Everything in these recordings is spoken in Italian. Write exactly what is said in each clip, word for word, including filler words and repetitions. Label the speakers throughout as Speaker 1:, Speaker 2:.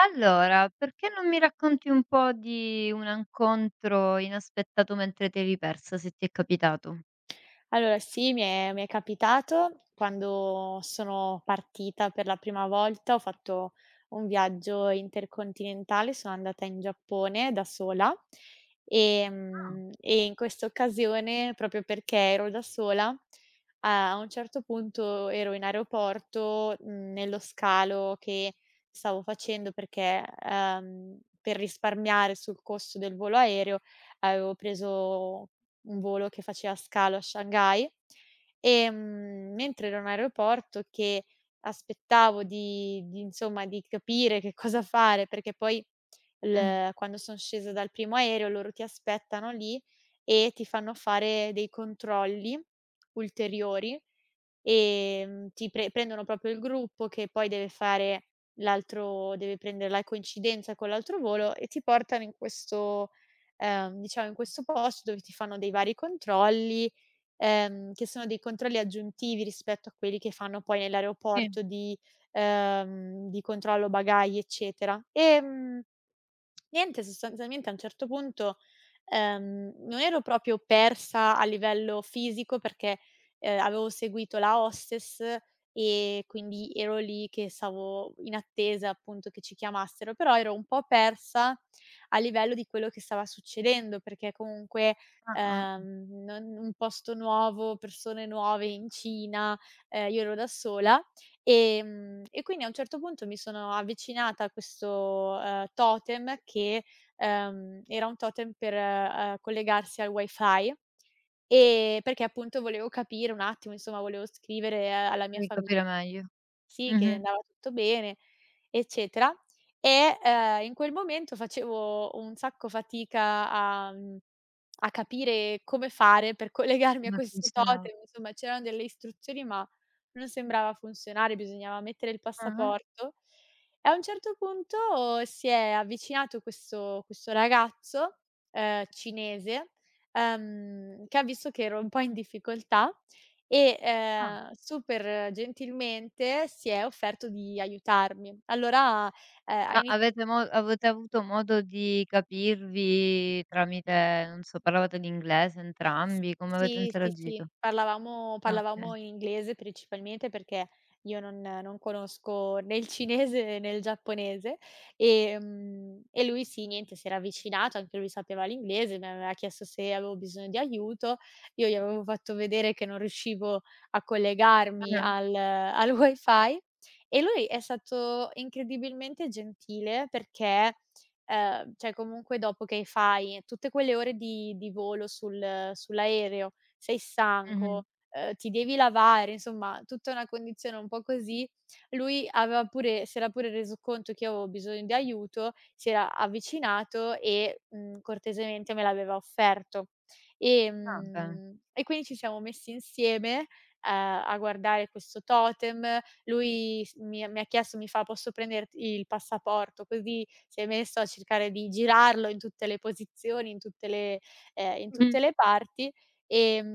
Speaker 1: Allora, perché non mi racconti un po' di un incontro inaspettato mentre ti eri persa, se ti è capitato?
Speaker 2: Allora sì, mi è mi è capitato. Quando sono partita per la prima volta ho fatto un viaggio intercontinentale, sono andata in Giappone da sola.
Speaker 1: Ah.
Speaker 2: Ehm, e in questa occasione, proprio perché ero da sola, a un certo punto ero in aeroporto, mhmm, nello scalo che stavo facendo perché, ehm, per risparmiare sul costo del volo aereo avevo preso un volo che faceva scalo a Shanghai. Ehm, mentre ero in aeroporto che aspettavo di di insomma, di capire che cosa fare, perché poi
Speaker 1: Mh.
Speaker 2: l quando son scesa dal primo aereo loro ti aspettano lì e ti fanno fare dei controlli ulteriori. Ehm, ti pre prendono proprio il gruppo che poi deve fare l'altro, deve prendere la coincidenza con l'altro volo, e ti portano in questo, ehm, diciamo in questo posto dove ti fanno dei vari controlli, ehm, che sono dei controlli aggiuntivi rispetto a quelli che fanno poi
Speaker 1: Sì.
Speaker 2: nell'aeroporto di, ehm, di controllo bagagli, eccetera. Ehm Niente, sostanzialmente a un certo punto, ehm, non ero proprio persa a livello fisico perché, ehm, avevo seguito la hostess e quindi ero lì che stavo in attesa appunto che ci chiamassero, però ero un po' persa a livello di quello che stava succedendo, perché comunque,
Speaker 1: Ah-ah,
Speaker 2: ehm, non un posto nuovo, persone nuove in Cina, ehm, io ero da sola. Ehm, e quindi a un certo punto mi sono avvicinata a questo, ehm, totem che, ehm, era un totem per, ehm, collegarsi al wifi, ehm, perché appunto volevo capire un attimo, insomma volevo scrivere eh, alla mia
Speaker 1: vorrei
Speaker 2: famiglia
Speaker 1: capire meglio.
Speaker 2: sì, che
Speaker 1: Mh-mh.
Speaker 2: andava tutto bene eccetera. E, ehm, in quel momento facevo un sacco fatica a mhmm, a capire come fare per collegarmi a
Speaker 1: Come
Speaker 2: questo
Speaker 1: funzionava.
Speaker 2: totem, insomma c'erano delle istruzioni, ma non sembrava funzionare, bisognava mettere il
Speaker 1: Ah-ah.
Speaker 2: passaporto. E a un certo punto si è avvicinato questo questo ragazzo, ehm, cinese, ehm, che ha visto che ero un po' in difficoltà e,
Speaker 1: Ah.
Speaker 2: ehm, super gentilmente si è offerto di aiutarmi. Allora, ehm, ha
Speaker 1: Ma avete mo avete avuto modo di capirvi tramite, non so, parlavate l'inglese
Speaker 2: S
Speaker 1: entrambi? Come avete
Speaker 2: sì, sì,
Speaker 1: interagito?
Speaker 2: sì, parlavamo
Speaker 1: Ah, okay.
Speaker 2: parlavamo in inglese principalmente perché io non non conosco né il cinese né il giapponese, ehm, e lui sì, niente, si era avvicinato, anche lui sapeva l'inglese, mi aveva chiesto se avevo bisogno di aiuto, io gli avevo fatto vedere che non riuscivo a collegarmi
Speaker 1: Ah-ah.
Speaker 2: al al wifi e lui è stato incredibilmente gentile perché, ehm, cioè comunque dopo che fai tutte quelle ore di di volo sul sull'aereo, sei
Speaker 1: Mh-mh.
Speaker 2: stanco, ehm, ti devi lavare, insomma tutta una condizione un po' così, lui aveva pure, si era pure reso conto che io avevo bisogno di aiuto, si era avvicinato e, mhmm, cortesemente me l'aveva offerto.
Speaker 1: Va bene.
Speaker 2: Ehm, e quindi ci siamo messi insieme, ehm, a guardare questo totem, lui s mi mi ha chiesto, mi fa: "Posso prenderti il passaporto così", si è messo a cercare di girarlo in tutte le posizioni, in tutte le, ehm, in
Speaker 1: Mh.
Speaker 2: tutte le parti.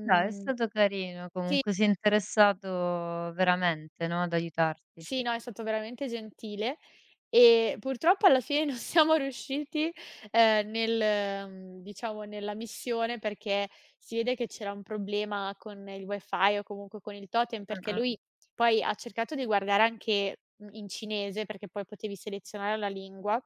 Speaker 1: Dai, è stato carino
Speaker 2: sì.
Speaker 1: comunque, sei interessato veramente, no, ad aiutarti.
Speaker 2: Sì, no, è stato veramente gentile e purtroppo alla fine non siamo riusciti, ehm, nel mhmm, diciamo nella missione, perché si vede che c'era un problema con il wifi o comunque con il totem, perché
Speaker 1: Ah-ah,
Speaker 2: lui poi ha cercato di guardare anche, mhmm, in cinese, perché poi potevi selezionare la lingua,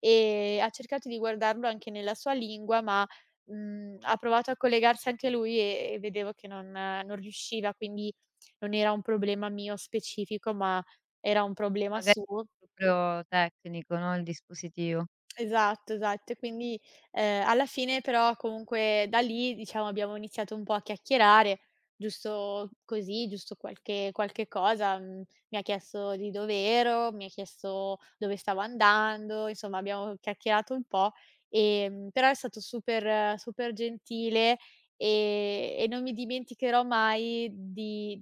Speaker 2: ehm, ha cercato di guardarlo anche nella sua lingua, ma, mhmm, ha provato a collegarsi anche lui e e vedevo che non non riusciva, quindi non era un problema mio specifico, ma era un problema
Speaker 1: magari
Speaker 2: suo.
Speaker 1: proprio tecnico, no, il dispositivo.
Speaker 2: Esatto, esatto. E quindi, ehm, alla fine però comunque da lì, diciamo, abbiamo iniziato un po' a chiacchierare, giusto così, giusto qualche qualche cosa. Mhmm, Mi ha chiesto di dov'ero, mi ha chiesto dove stavo andando, insomma abbiamo chiacchierato un po', ehm, però è stato super eh, super gentile, ehm, e non mi dimenticherò mai di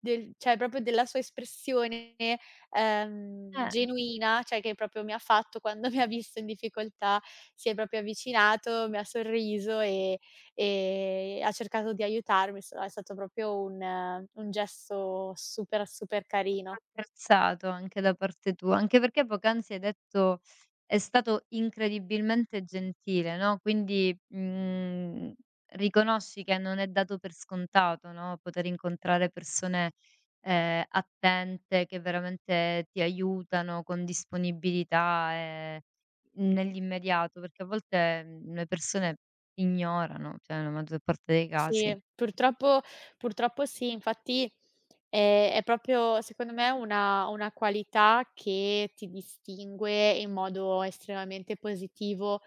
Speaker 2: del cioè proprio della sua espressione, ehm,
Speaker 1: Eh,
Speaker 2: genuina, cioè che proprio mi ha fatto quando mi ha visto in difficoltà, si è proprio avvicinato, mi ha sorriso e e ha cercato di aiutarmi, so è stato proprio un eh, un gesto super, super carino.
Speaker 1: apprezzato anche da parte tua, anche perché poc'anzi hai detto è stato incredibilmente gentile, no, quindi, mhmm, riconosci che non è dato per scontato, no, poter incontrare persone, ehm, attente che veramente ti aiutano con disponibilità, ehm, nell'immediato, perché a volte, mhmm, le persone ignorano, cioè nella maggior parte dei casi.
Speaker 2: Sì, purtroppo, purtroppo sì, infatti, ehm, è proprio secondo me una una qualità che ti distingue in modo estremamente positivo.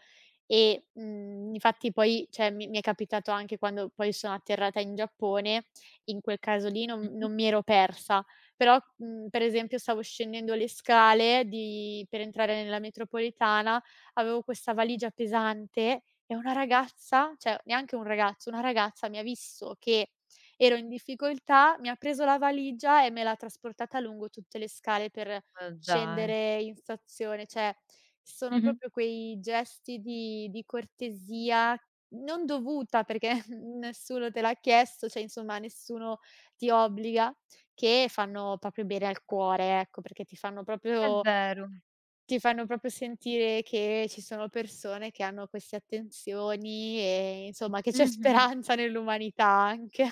Speaker 2: E, mhmm, infatti poi cioè mi mi è capitato anche quando poi sono atterrata in Giappone. In quel caso lì non
Speaker 1: Mh-mh.
Speaker 2: non mi ero persa, però, mhmm, per esempio stavo scendendo le scale di per entrare nella metropolitana, avevo questa valigia pesante e una ragazza, cioè neanche un ragazzo, una ragazza mi ha visto che ero in difficoltà, mi ha preso la valigia e me l'ha trasportata lungo tutte le scale per
Speaker 1: Ma dai.
Speaker 2: scendere in stazione, cioè sono
Speaker 1: Mh-mh.
Speaker 2: proprio quei gesti di di cortesia non dovuta, perché nessuno te l'ha chiesto, cioè insomma nessuno ti obbliga, che fanno proprio bene al cuore, ecco, perché ti fanno
Speaker 1: È
Speaker 2: proprio,
Speaker 1: vero.
Speaker 2: ti fanno proprio sentire che ci sono persone che hanno queste attenzioni e insomma che c'è
Speaker 1: Mh-mh.
Speaker 2: speranza nell'umanità anche.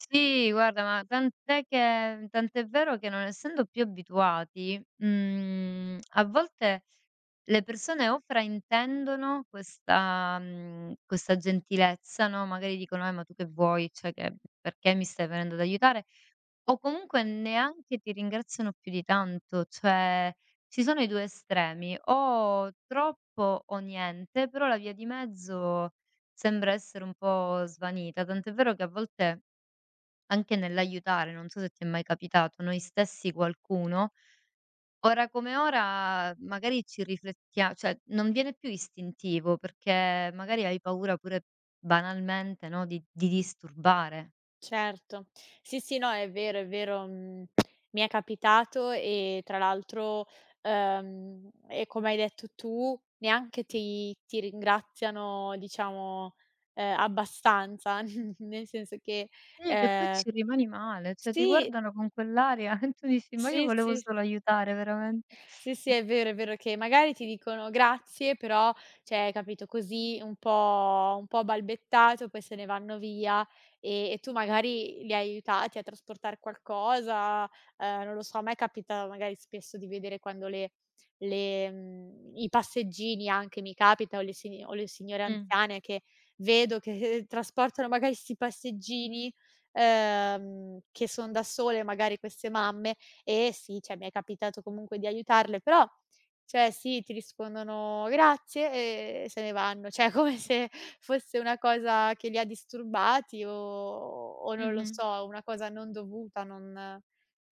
Speaker 1: Sì, guarda, ma tant'è che tant'è vero che non essendo più abituati, mhmm, a volte le persone o fraintendono questa mhmm, questa gentilezza, no, magari dicono: "Eh, ma tu che vuoi? Cioè che perché mi stai venendo ad aiutare?" O comunque neanche ti ringraziano più di tanto, cioè ci sono i due estremi, o troppo o niente, però la via di mezzo sembra essere un po' svanita, tant'è vero che a volte anche nell'aiutare, non so se ti è mai capitato, noi stessi qualcuno, ora come ora magari ci riflettia cioè non viene più istintivo, perché magari hai paura pure banalmente, no, di di disturbare.
Speaker 2: Certo. Sì, sì, no, è vero, è vero. Mhmm, Mi è capitato e tra l'altro, ehm, e come hai detto tu, neanche ti ti ringraziano diciamo, ehm, abbastanza, nel senso che,
Speaker 1: Sì, che poi
Speaker 2: ehm
Speaker 1: ci rimani male, cioè ti
Speaker 2: sì,
Speaker 1: guardano con quell'aria e tu dici: "Ma io
Speaker 2: sì,
Speaker 1: volevo
Speaker 2: sì.
Speaker 1: solo aiutare veramente".
Speaker 2: Sì, sì, è vero, è vero che magari ti dicono grazie, però, cioè, capito, così un po' un po' balbettato, poi se ne vanno via e e tu magari li hai aiutati a trasportare qualcosa, ehm, non lo so, a me capita magari spesso di vedere quando le le mhmm, i passeggini anche mi capita o le sign o le signore
Speaker 1: Mh,
Speaker 2: anziane che vedo che trasportano magari 'sti passeggini, ehm, che son da sole magari queste mamme e sì, cioè mi è capitato comunque di aiutarle, però cioè sì, ti rispondono: "Grazie" e se ne vanno, cioè come se fosse una cosa che li ha disturbati o o non lo
Speaker 1: mh-mh.
Speaker 2: so, una cosa non dovuta, non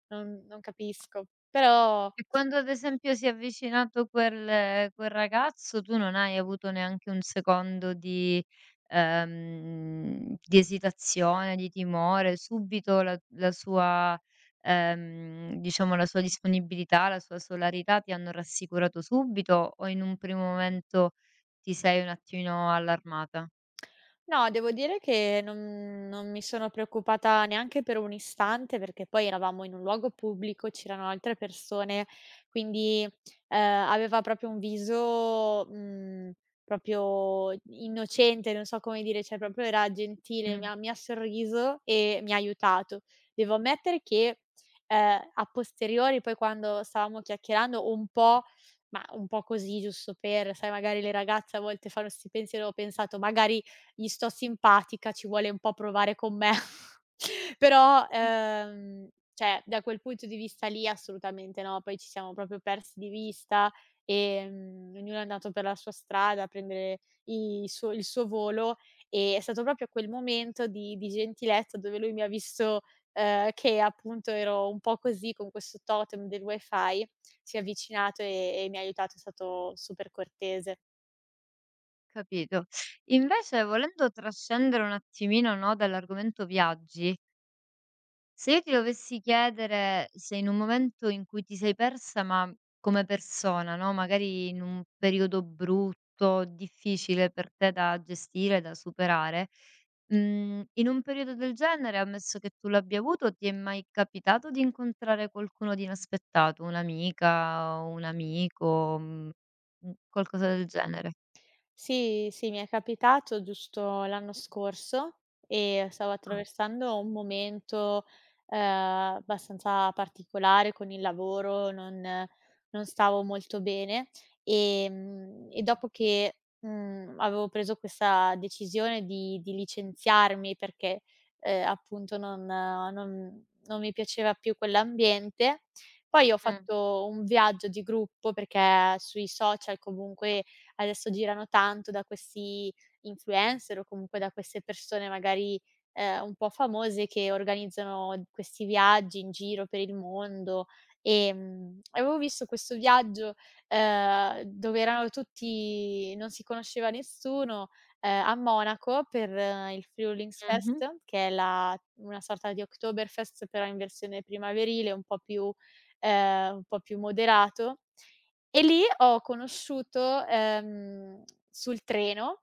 Speaker 2: non non capisco. Però
Speaker 1: E quando ad esempio si è avvicinato quel quel ragazzo, tu non hai avuto neanche un secondo di ehm, di esitazione, di timore, subito la la sua ehm, diciamo la sua disponibilità, la sua solarità ti hanno rassicurato subito o in un primo momento ti sei un attimino allarmata?
Speaker 2: no, devo dire che non non mi sono preoccupata neanche per un istante, perché poi eravamo in un luogo pubblico, c'erano altre persone, quindi, ehm, aveva proprio un viso, mhmm, proprio innocente, non so come dire, cioè proprio era gentile, mi ha mi ha sorriso e mi ha aiutato. Devo ammettere che, ehm, a posteriori, poi quando stavamo chiacchierando un po', ma un po' così giusto per, sai magari le ragazze a volte fanno 'sti pensieri, ho pensato: "Magari gli sto simpatica, ci vuole un po' provare con me". Però, ehm, cioè da quel punto di vista lì assolutamente no, poi ci siamo proprio persi di vista, ehm, ognuno è andato per la sua strada a prendere i suo il suo volo, e è stato proprio quel momento di di gentilezza dove lui mi ha visto, ehm, che appunto ero un po' così con questo totem del wifi, si è avvicinato e e mi ha aiutato, è stato super cortese.
Speaker 1: Capito. Invece volendo trascendere un attimino, no, dall'argomento viaggi, se io ti dovessi chiedere se in un momento in cui ti sei persa, ma come persona, no, magari in un periodo brutto, difficile per te da gestire, da superare, mhmm, in un periodo del genere, ammesso che tu l'abbia avuto, ti è mai capitato di incontrare qualcuno di inaspettato, un'amica, un amico, mhmm, mhmm, qualcosa del genere?
Speaker 2: Sì, sì, mi è capitato giusto l'anno scorso e stavo
Speaker 1: Ah.
Speaker 2: attraversando un momento, ehm, abbastanza particolare con il lavoro, non non stavo molto bene, ehm, e dopo che, mhmm, avevo preso questa decisione di di licenziarmi perché, ehm, appunto non non non mi piaceva più quell'ambiente, poi ho
Speaker 1: Mh.
Speaker 2: fatto un viaggio di gruppo perché sui social comunque adesso girano tanto da questi influencer o comunque da queste persone magari, ehm, un po' famose che organizzano questi viaggi in giro per il mondo. Ehm, avevo visto questo viaggio, ehm, dove erano tutti, non si conosceva nessuno, ehm, a Monaco per eh, il
Speaker 1: Mh-mh.
Speaker 2: Frühlingsfest, che è la una sorta di Oktoberfest però in versione primaverile, un po' più, ehm, un po' più moderato. E lì ho conosciuto, ehm, sul treno,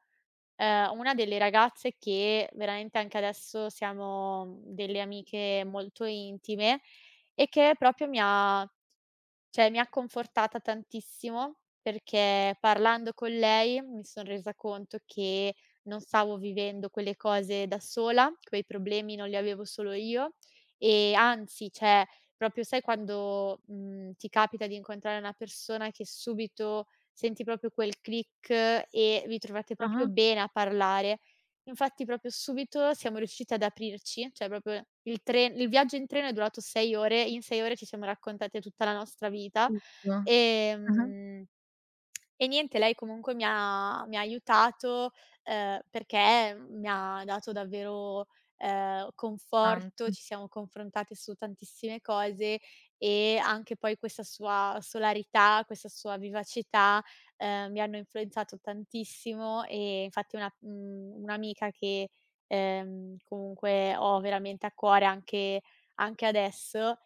Speaker 2: ehm, una delle ragazze che veramente anche adesso siamo mm, delle amiche molto intime e che proprio mi ha, cioè mi ha confortata tantissimo, perché parlando con lei mi son resa conto che non stavo vivendo quelle cose da sola, quei problemi non li avevo solo io e anzi, cioè proprio sai quando, mhmm, ti capita di incontrare una persona che subito senti proprio quel click e vi trovate
Speaker 1: Ah-ah,
Speaker 2: proprio bene a parlare. Infatti proprio subito siamo riusciti ad aprirci, cioè proprio il tre il viaggio in treno è durato sei ore, in sei ore ci siamo raccontate tutta la nostra vita,
Speaker 1: tutto. Ah-ah,
Speaker 2: ehm e niente, lei comunque mi ha mi ha aiutato, ehm, perché mi ha dato davvero, ehm,
Speaker 1: tanto.
Speaker 2: conforto, ci siamo confrontate su tantissime cose e anche poi questa sua solarità, questa sua vivacità, ehm, mi hanno influenzato tantissimo e infatti una mhmm, un'amica che, ehm, comunque ho veramente a cuore anche, anche adesso,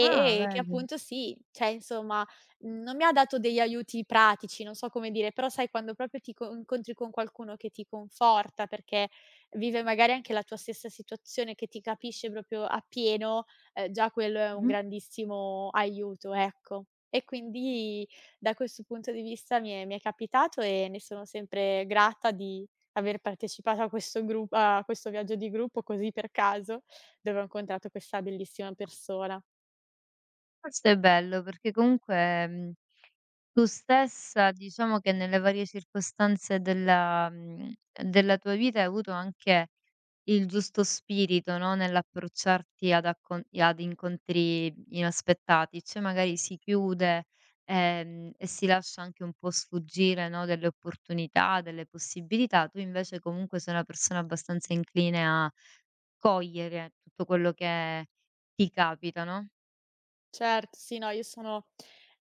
Speaker 1: Ah,
Speaker 2: che
Speaker 1: vedi.
Speaker 2: appunto sì, cioè insomma, mhmm, non mi ha dato degli aiuti pratici, non so come dire, però sai quando proprio ti co incontri con qualcuno che ti conforta, perché vive magari anche la tua stessa situazione, che ti capisce proprio appieno, ehm, già quello è un
Speaker 1: Mh-mh.
Speaker 2: grandissimo aiuto, ecco. E quindi da questo punto di vista mi è mi è capitato e ne sono sempre grata di aver partecipato a questo gru a questo viaggio di gruppo così per caso, dove ho incontrato questa bellissima persona.
Speaker 1: Questo è bello perché comunque, mhmm, tu stessa diciamo che nelle varie circostanze della mhmm, della tua vita hai avuto anche il giusto spirito, no, nell'approcciarti ad accon ad incontri inaspettati, cioè magari si chiude, ehm, e si lascia anche un po' sfuggire, no, delle opportunità, delle possibilità. Tu invece comunque sei una persona abbastanza incline a cogliere tutto quello che ti capita, no.
Speaker 2: Certo, sì, no, io sono,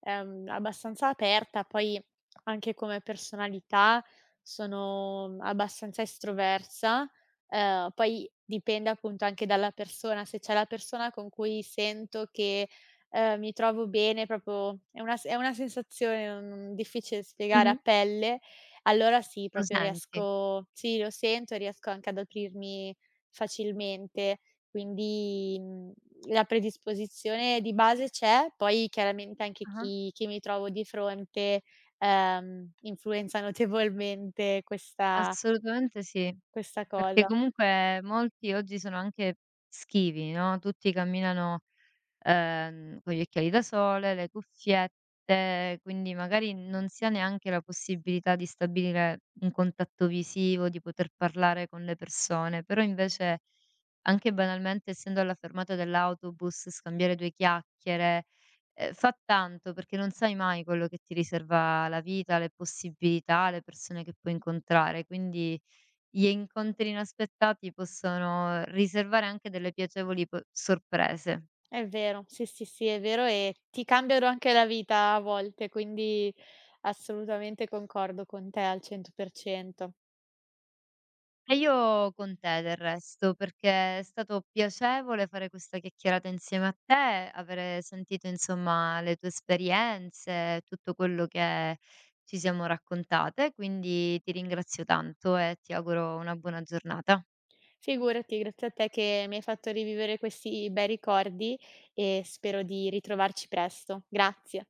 Speaker 2: ehm, abbastanza aperta, poi anche come personalità sono abbastanza estroversa, ehm, poi dipende appunto anche dalla persona, se c'è la persona con cui sento che, ehm, mi trovo bene, proprio è una s è una sensazione non difficile da spiegare a
Speaker 1: Mh-mh.
Speaker 2: pelle, allora sì,
Speaker 1: Lo
Speaker 2: proprio
Speaker 1: senti.
Speaker 2: riesco, sì, lo sento e riesco anche ad aprirmi facilmente. Quindi, mhmm la predisposizione di base c'è, poi chiaramente anche
Speaker 1: Ah-ah.
Speaker 2: chi chi mi trovo di fronte, ehm, influenza notevolmente questa
Speaker 1: Assolutamente sì,
Speaker 2: questa
Speaker 1: perché
Speaker 2: cosa.
Speaker 1: comunque molti oggi sono anche schivi, no, tutti camminano, ehm, con gli occhiali da sole, le cuffiette, quindi magari non si ha neanche la possibilità di stabilire un contatto visivo, di poter parlare con le persone, però invece anche banalmente essendo alla fermata dell'autobus, scambiare due chiacchiere. Ehm, fa tanto, perché non sai mai quello che ti riserva la vita, le possibilità, le persone che puoi incontrare, quindi gli incontri inaspettati possono riservare anche delle piacevoli p sorprese.
Speaker 2: È vero, sì, sì, sì, è vero e ti cambiano anche la vita a volte, quindi assolutamente concordo con te al cento per cento.
Speaker 1: E io con te del resto, perché è stato piacevole fare questa chiacchierata insieme a te, avere sentito insomma le tue esperienze, tutto quello che ci siamo raccontate, quindi ti ringrazio tanto e ti auguro una buona giornata.
Speaker 2: Figurati, grazie a te che mi hai fatto rivivere questi bei ricordi e spero di ritrovarci presto. Grazie.